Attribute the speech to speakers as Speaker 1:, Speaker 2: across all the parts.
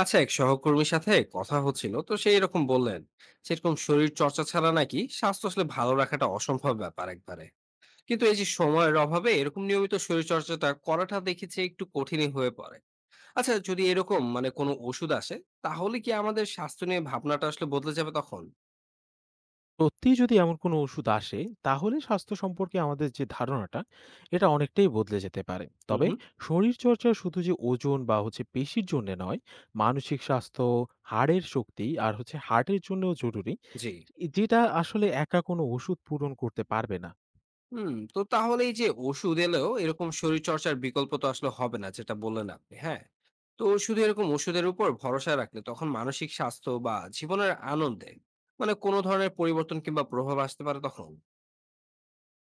Speaker 1: আচ্ছা, এক সহকর্মীর সাথে কথা হচ্ছিল, তো সেই এরকম বললেন সেরকম শরীর চর্চা ছাড়া নাকি স্বাস্থ্য আসলে ভালো রাখাটা অসম্ভব ব্যাপার একবারে। কিন্তু এই যে সময়ের অভাবে এরকম নিয়মিত শরীর চর্চাটা করাটা দেখেছি একটু কঠিনই হয়ে পড়ে। আচ্ছা, যদি এরকম কোনো ওষুধ আসে, তাহলে কি আমাদের স্বাস্থ্য নিয়ে ভাবনাটা আসলে বদলে যাবে তখন?
Speaker 2: সত্যিই যদি এমন কোনো ওষুধ আসে, তাহলে স্বাস্থ্য সম্পর্কে আমাদের যে ধারণাটা, এটা অনেকটাই বদলে যেতে পারে।
Speaker 1: হুম,
Speaker 2: তবে
Speaker 1: হুম।
Speaker 2: শরীরচর্চা শুধু যে ওজন বা পেশির জন্য নয়, মানসিক স্বাস্থ্য, হাড়ের শক্তি আর হার্টের জন্যও জরুরি,
Speaker 1: জি।
Speaker 2: যেটা আসলে একা কোনো ওষুধ পূরণ করতে পারবে না।
Speaker 1: তো তাহলে এই যে ওষুধ এলেও এরকম শরীর চর্চার বিকল্প তো আসলে হবে না, যেটা বললেন আপনি, হ্যাঁ। তো শুধু এরকম ওষুধের উপর ভরসা রাখলে তখন মানসিক স্বাস্থ্য বা জীবনের আনন্দে কোনো ধরনের পরিবর্তন কিংবা প্রভাব আসতে পারে তখন?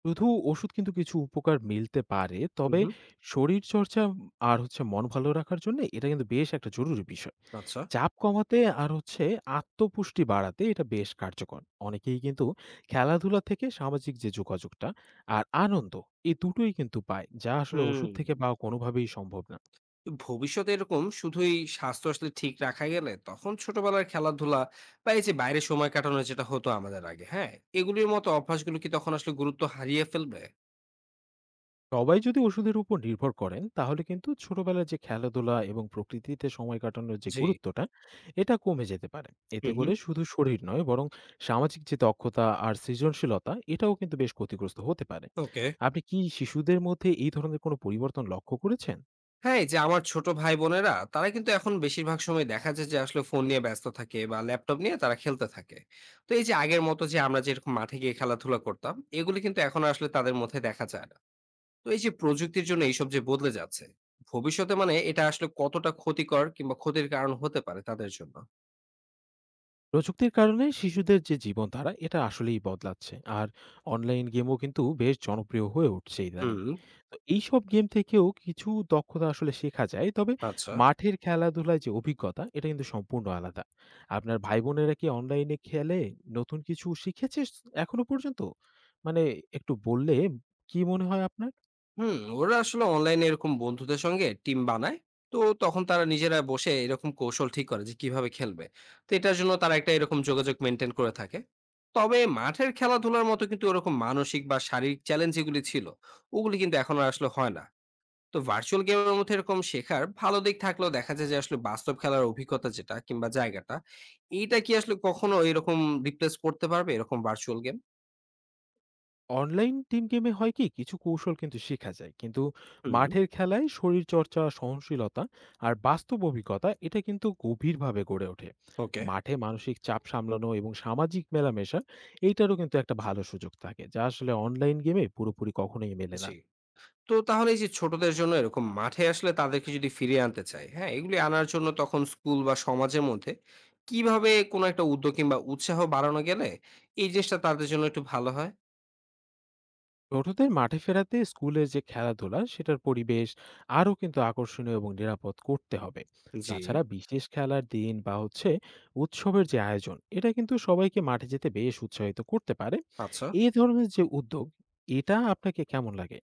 Speaker 2: শুধু ওষুধ কিন্তু কিছু উপকার মিলতে পারে,
Speaker 1: হুম,
Speaker 2: তবে
Speaker 1: হুম।
Speaker 2: শরীরচর্চা আর মন ভালো রাখার জন্য এটা কিন্তু বেশ একটা জরুরি বিষয়।
Speaker 1: আচ্ছা।
Speaker 2: চাপ কমাতে আর আত্মপুষ্টি বাড়াতে এটা বেশ কার্যকর। অনেকেই কিন্তু খেলাধুলা থেকে সামাজিক যে যোগাযোগটা আর আনন্দ, এই দুটোই কিন্তু পায়, যা আসলে
Speaker 1: হুম
Speaker 2: ওষুধ থেকে পাওয়া কোনোভাবেই সম্ভব না।
Speaker 1: তো ভবিষ্যতে এরকম শুধুই স্বাস্থ্য আসলে ঠিক রাখা গেলে তখন ছোটবেলার খেলাধুলা বা এই যে বাইরে সময় কাটানো যেটা হতো আমাদের আগে, হ্যাঁ, এগুলির মতো অভ্যাসগুলো কি তখন আসলে গুরুত্ব হারিয়ে ফেলবে?
Speaker 2: সবাই যদি ওষুধের উপর নির্ভর করেন, তাহলে কিন্তু ছোটবেলার যে খেলাধুলা এবং প্রকৃতিতে সময় কাটানোর যে
Speaker 1: জি।
Speaker 2: গুরুত্বটা, এটা কমে যেতে পারে।
Speaker 1: হুম,
Speaker 2: এতে করে
Speaker 1: হুম।
Speaker 2: শুধু শরীর নয়, বরং সামাজিক যে দক্ষতা আর সৃজনশীলতা, এটাও কিন্তু বেশ ক্ষতিগ্রস্ত হতে পারে।
Speaker 1: ওকে।
Speaker 2: আপনি কি শিশুদের মধ্যে এই ধরনের কোনো পরিবর্তন লক্ষ্য করেছেন?
Speaker 1: হ্যাঁ, এই যে আমার ছোট ভাই-বোনেরা তারা কিন্তু এখন বেশিরভাগ সময় দেখা যায় যে আসলে ফোন নিয়ে ব্যস্ত থাকে বা ল্যাপটপ নিয়ে তারা খেলতে থাকে। তো এই যে আগের মতো যে আমরা যেরকম মাঠে গিয়ে খেলাধুলা করতাম, এগুলো কিন্তু এখন আসলে তাদের মধ্যে দেখা যায় না। তো এই যে প্রযুক্তির জন্য এইসব যে বদলে যাচ্ছে, ভবিষ্যতে এটা আসলে কতটা ক্ষতিকর কিংবা ক্ষতির কারণ হতে পারে তাদের জন্য?
Speaker 2: প্রযুক্তির কারণে শিশুদের যে জীবনধারা, এটা আসলেই বদলাচ্ছে। আর অনলাইন গেমও কিন্তু বেশ জনপ্রিয় হয়ে উঠছে ইদানিং।
Speaker 1: হুম।
Speaker 2: তো এইসব গেম থেকেও কিছু দক্ষতা আসলে শেখা যায়, তবে
Speaker 1: আচ্ছা।
Speaker 2: মাঠের খেলাধুলায় যে অভিজ্ঞতা, এটা কিন্তু সম্পূর্ণ আলাদা। আপনার ভাই বোনেরা কি অনলাইনে খেলে নতুন কিছু শিখেছে এখনো পর্যন্ত? মানে একটু বললে, কি মনে হয় আপনার?
Speaker 1: হুম, ওরা আসলে অনলাইনে এরকম বন্ধুদের সঙ্গে টিম বানায়। তো তখন তারা নিজেরা বসে এরকম কৌশল ঠিক করে যে কিভাবে খেলবে। তো এটার জন্য তারা একটা এরকম যোগাযোগ মেইনটেইন করে থাকে। তবে মাঠের খেলাধুলার মতো কিন্তু ওরকম মানসিক বা শারীরিক চ্যালেঞ্জ যেগুলি ছিল, ওগুলি কিন্তু এখন আর আসলে হয় না। তো ভার্চুয়াল গেমের মধ্যে এরকম শেখার ভালো দিক থাকলেও দেখা যায় যে আসলে বাস্তব খেলার অভিজ্ঞতা যেটা কিংবা জায়গাটা, এইটা কি আসলে কখনো এরকম রিপ্লেস করতে পারবে এরকম ভার্চুয়াল গেম?
Speaker 2: অনলাইন টিম গেমে হয় কি, কিছু কৌশল কিন্তু শেখা যায়, কিন্তু
Speaker 1: হুম।
Speaker 2: মাঠের খেলায় শরীরচর্চা, সহনশীলতা আর বাস্তব অভিজ্ঞতা, এটা কিন্তু গভীরভাবে গড়ে ওঠে।
Speaker 1: ওকে।
Speaker 2: মাঠে মানসিক চাপ সামলানো এবং সামাজিক মেলামেশা, এইটারও কিন্তু একটা ভালো সুযোগ থাকে, যা আসলে অনলাইন গেমে পুরোপুরি কখনোই মেলে না।
Speaker 1: জি। তো তাহলে এই যে ছোটদের জন্য এরকম মাঠে আসলে তাদেরকে যদি ফিরিয়ে আনতে চাই, হ্যাঁ, এগুলি আনার জন্য তখন স্কুল বা সমাজের মধ্যে কিভাবে কোনো একটা উদ্যোগ কিংবা উৎসাহ বাড়ানো গেলে এই জিনিসটা তাদের জন্য একটু ভালো হয়?
Speaker 2: ছোটদের মাঠে ফেরাতে স্কুলের যে খেলাধুলা, সেটার পরিবেশ আরও কিন্তু আকর্ষণীয় এবং নিরাপদ করতে হবে।
Speaker 1: জি।
Speaker 2: তাছাড়া বিশেষ খেলার দিন বা উৎসবের যে আয়োজন, এটা কিন্তু সবাইকে মাঠে যেতে বেশ উৎসাহিত করতে পারে।
Speaker 1: আচ্ছা।
Speaker 2: এই ধরনের যে উদ্যোগ, এটা আপনাকে কেমন লাগে?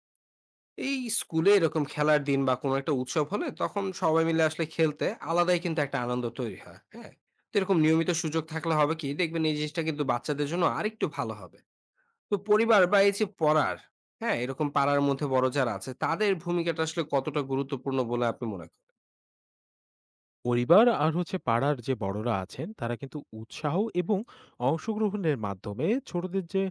Speaker 1: এই স্কুলে এরকম খেলার দিন বা কোনো একটা উৎসব হলে তখন সবাই মিলে আসলে খেলতে আলাদাই কিন্তু একটা আনন্দ তৈরি হয়, হ্যাঁ। তো এরকম নিয়মিত সুযোগ থাকলে হবে কি দেখবেন এই জিনিসটা কিন্তু বাচ্চাদের জন্য আরেকটু ভালো হবে। তো পরিবার বা এই যে পড়ার, হ্যাঁ, এরকম পাড়ার মধ্যে বড় যারা আছে, তাদের ভূমিকাটা আসলে কতটা গুরুত্বপূর্ণ বলে আপনি মনে করেন?
Speaker 2: পরিবার আর পাড়ার যে বড়রা আছেন, তারা কিন্তু উৎসাহ এবং অংশগ্রহণের মাধ্যমে ছোটদের যে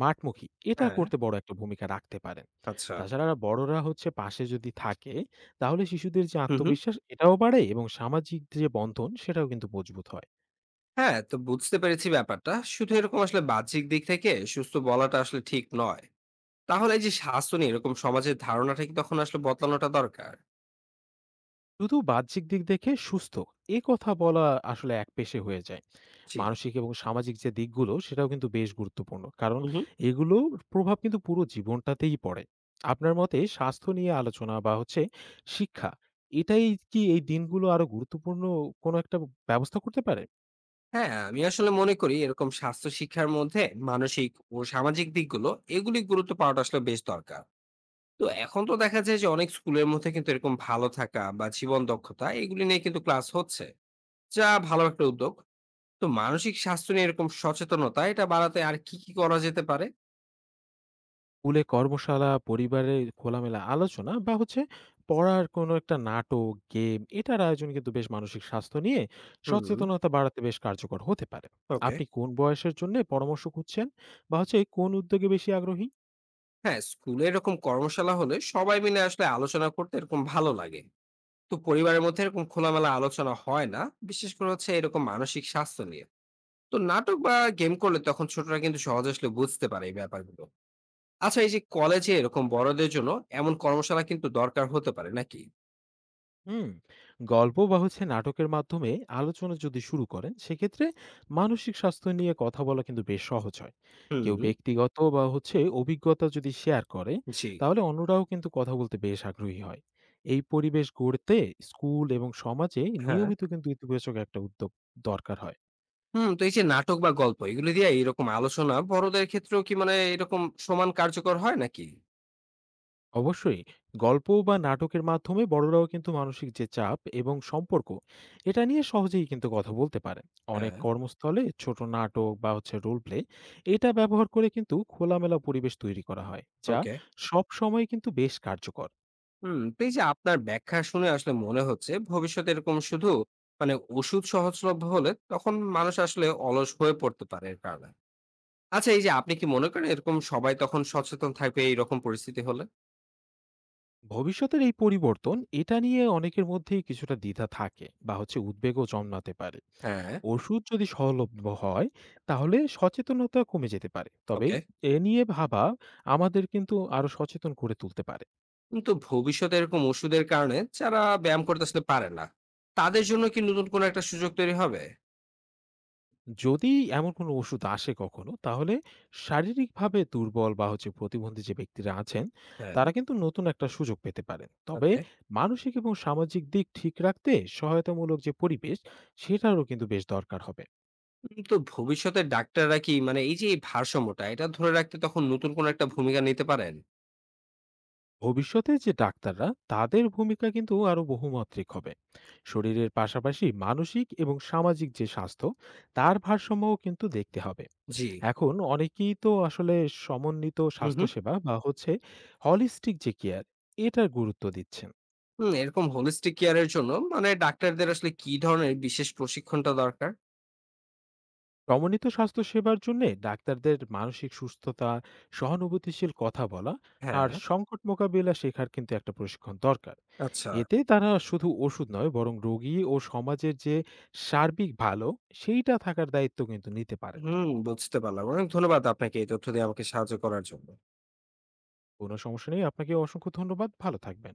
Speaker 2: মাঠমুখী, এটা
Speaker 1: হ্যাঁ।
Speaker 2: করতে বড় একটা ভূমিকা রাখতে পারেন।
Speaker 1: আচ্ছা।
Speaker 2: তাছাড়া বড়রা পাশে যদি থাকে, তাহলে শিশুদের যে
Speaker 1: হু, হু।
Speaker 2: আত্মবিশ্বাস, এটাও বাড়ে এবং সামাজিক যে বন্ধন, সেটাও কিন্তু মজবুত হয়।
Speaker 1: হ্যাঁ, তো বুঝতে পেরেছি ব্যাপারটা। শুধু এরকম আসলে বাহ্যিক দিক থেকে সুস্থ বলাটা আসলে ঠিক নয়। তাহলে এই যে স্বাস্থ্য নিয়ে এরকম সমাজের ধারণাটা কি তখন আসলে বদলানোটা দরকার?
Speaker 2: শুধু বাহ্যিক দিক দেখে সুস্থ এ কথা বলা আসলে এক পেশে হয়ে যায়।
Speaker 1: জি।
Speaker 2: মানসিক এবং সামাজিক যে দিকগুলো, সেটাও কিন্তু বেশ গুরুত্বপূর্ণ, কারণ
Speaker 1: হু, হু।
Speaker 2: এগুলোর প্রভাব কিন্তু পুরো জীবনটাতেই পড়ে। আপনার মতে স্বাস্থ্য নিয়ে আলোচনা বা শিক্ষা, এটাই কি এই দিনগুলো আরো গুরুত্বপূর্ণ কোনো একটা ব্যবস্থা করতে পারে?
Speaker 1: হ্যাঁ, আমি আসলে মনে করি এরকম স্বাস্থ্য শিক্ষার মধ্যে মানসিক ও সামাজিক দিকগুলো এগুলি গুরুত্ব পাওয়াটা আসলে বেশ দরকার। তো এখন তো দেখা যায় যে অনেক স্কুলের মধ্যে কিন্তু এরকম ভালো থাকা বা জীবন দক্ষতা এগুলি নিয়ে কিন্তু ক্লাস হচ্ছে, যা ভালো একটা উদ্যোগ। তো মানসিক স্বাস্থ্য নিয়ে এরকম সচেতনতা এটা বাড়াতে আর কি কি করা যেতে পারে?
Speaker 2: স্কুলে কর্মশালা, পরিবারে খোলামেলা আলোচনা বা পড়ার কোনো একটা নাটক, গেম, এটার আয়োজন কিন্তু বেশ মানসিক স্বাস্থ্য নিয়ে
Speaker 1: হুম।
Speaker 2: সচেতনতা বাড়াতে বেশ কার্যকর হতে পারে।
Speaker 1: ওকে।
Speaker 2: আপনি কোন বয়সের জন্যে পরামর্শ খুঁজছেন বা কোন উদ্যোগে বেশি আগ্রহী?
Speaker 1: হ্যাঁ, স্কুলে এরকম কর্মশালা হলে সবাই মিলে আসলে আলোচনা করতে এরকম ভালো লাগে। তো পরিবারের মধ্যে এরকম খোলামেলা আলোচনা হয় না, বিশেষ করে হচ্ছে এরকম মানসিক স্বাস্থ্য নিয়ে। তো নাটক বা গেম করলে তখন ছোটরা কিন্তু সহজে আসলে বুঝতে পারে এই ব্যাপারগুলো। আচ্ছা, এই যে কলেজে এরকম বড়দের জন্য এমন কর্মশালা কিন্তু দরকার হতে পারে নাকি?
Speaker 2: হুম। গল্প বা নাটকের মাধ্যমে আলোচনা যদি শুরু করেন, সেক্ষেত্রে মানসিক স্বাস্থ্য নিয়ে কথা বলা কিন্তু বেশ সহজ হয়। কেউ
Speaker 1: হুম।
Speaker 2: ব্যক্তিগত বা অভিজ্ঞতা যদি শেয়ার করে,
Speaker 1: জি।
Speaker 2: তাহলে অন্যরাও কিন্তু কথা বলতে বেশ আগ্রহী হয়। এই পরিবেশ গড়তে স্কুল এবং সমাজে
Speaker 1: হ্যাঁ।
Speaker 2: নিয়মিত কিন্তু ইতিবাচক একটা উদ্যোগ দরকার হয়।
Speaker 1: তো এই যে নাটক বা গল্প এগুলো দিয়ে এরকম আলোচনা বড়দের ক্ষেত্রেও কি এরকম সমান কার্যকর হয় নাকি?
Speaker 2: অবশ্যই, গল্প বা নাটকের মাধ্যমে বড়রাও কিন্তু মানসিক যে চাপ এবং সম্পর্ক, এটা নিয়ে সহজেই কিন্তু কথা বলতে পারে। অনেক
Speaker 1: হ্যাঁ।
Speaker 2: কর্মস্থলে ছোট নাটক বা রোল প্লে, এটা ব্যবহার করে কিন্তু খোলামেলা পরিবেশ তৈরি করা হয়, যা
Speaker 1: ওকে।
Speaker 2: সব সময় কিন্তু বেশ কার্যকর।
Speaker 1: তো এই যে আপনার ব্যাখ্যা শুনে আসলে মনে হচ্ছে ভবিষ্যতে এরকম শুধু মানে ওষুধ সহজলভ্য হলে তখন মানুষ আসলে অলস হয়ে পড়তে পারে এর কারণে। আচ্ছা, এই যে আপনি কি মনে করেন এরকম সবাই তখন সচেতন থাকবে এইরকম পরিস্থিতি হলে?
Speaker 2: ভবিষ্যতের এই পরিবর্তন, এটা নিয়ে অনেকের মধ্যেই কিছুটা দ্বিধা থাকে বা উদ্বেগও জন্মাতে পারে।
Speaker 1: হ্যাঁ।
Speaker 2: ওষুধ যদি সহলভ্য হয়, তাহলে সচেতনতা কমে যেতে পারে, তবে
Speaker 1: ওকে।
Speaker 2: এ নিয়ে ভাবা আমাদের কিন্তু আরো সচেতন করে তুলতে পারে।
Speaker 1: কিন্তু ভবিষ্যতে এরকম ওষুধের কারণে যারা ব্যায়াম করতে আসলে পারে না, তাদের জন্য কি নতুন কোনো একটা সুযোগ তৈরি হবে?
Speaker 2: যদি এমন কোনো ওষুধ আসে কখনো, তাহলে শারীরিকভাবে দুর্বল বা প্রতিবন্ধী যে ব্যক্তিরা আছেন,
Speaker 1: হ্যাঁ।
Speaker 2: তারা কিন্তু নতুন একটা সুযোগ পেতে পারেন, তবে
Speaker 1: ওকে।
Speaker 2: মানসিক এবং সামাজিক দিক ঠিক রাখতে সহায়তামূলক যে পরিবেশ, সেটারও কিন্তু বেশ দরকার হবে।
Speaker 1: কিন্তু ভবিষ্যতে ডাক্তাররা কি এই যে এই ভারসাম্যটা এটা ধরে রাখতে তখন নতুন কোনো একটা ভূমিকা নিতে পারেন?
Speaker 2: ভবিষ্যতে যে ডাক্তাররা, তাদের ভূমিকা কিন্তু আরো বহুমাত্রিক হবে। শরীরের পাশাপাশি মানসিক এবং সামাজিক যে স্বাস্থ্য, তার ভারসাম্যও কিন্তু দেখতে হবে।
Speaker 1: জি।
Speaker 2: এখন অনেকেই তো আসলে সমন্বিত
Speaker 1: হুম, হুম।
Speaker 2: স্বাস্থ্যসেবা বা হলিস্টিক যে কেয়ার, এটার গুরুত্ব দিচ্ছেন।
Speaker 1: হুম, এরকম হোলিস্টিক কেয়ারের জন্য ডাক্তারদের আসলে কি ধরনের বিশেষ প্রশিক্ষণটা দরকার?
Speaker 2: সমন্বিত স্বাস্থ্যসেবার জন্যে ডাক্তারদের মানসিক সুস্থতা, সহানুভূতিশীল কথা বলা
Speaker 1: হ্যাঁ।
Speaker 2: আর সংকট মোকাবিলা শেখার কিন্তু একটা প্রশিক্ষণ দরকার।
Speaker 1: আচ্ছা।
Speaker 2: এতে তারা শুধু ওষুধ নয়, বরং রোগী ও সমাজের যে সার্বিক ভালো, সেইটা থাকার দায়িত্ব কিন্তু নিতে পারেন।
Speaker 1: হুম, বুঝতে পারলাম। অনেক ধন্যবাদ আপনাকে এই তথ্য দিয়ে আমাকে সাহায্য করার জন্য।
Speaker 2: কোনো সমস্যা নেই। আপনাকে অসংখ্য ধন্যবাদ। ভালো থাকবেন।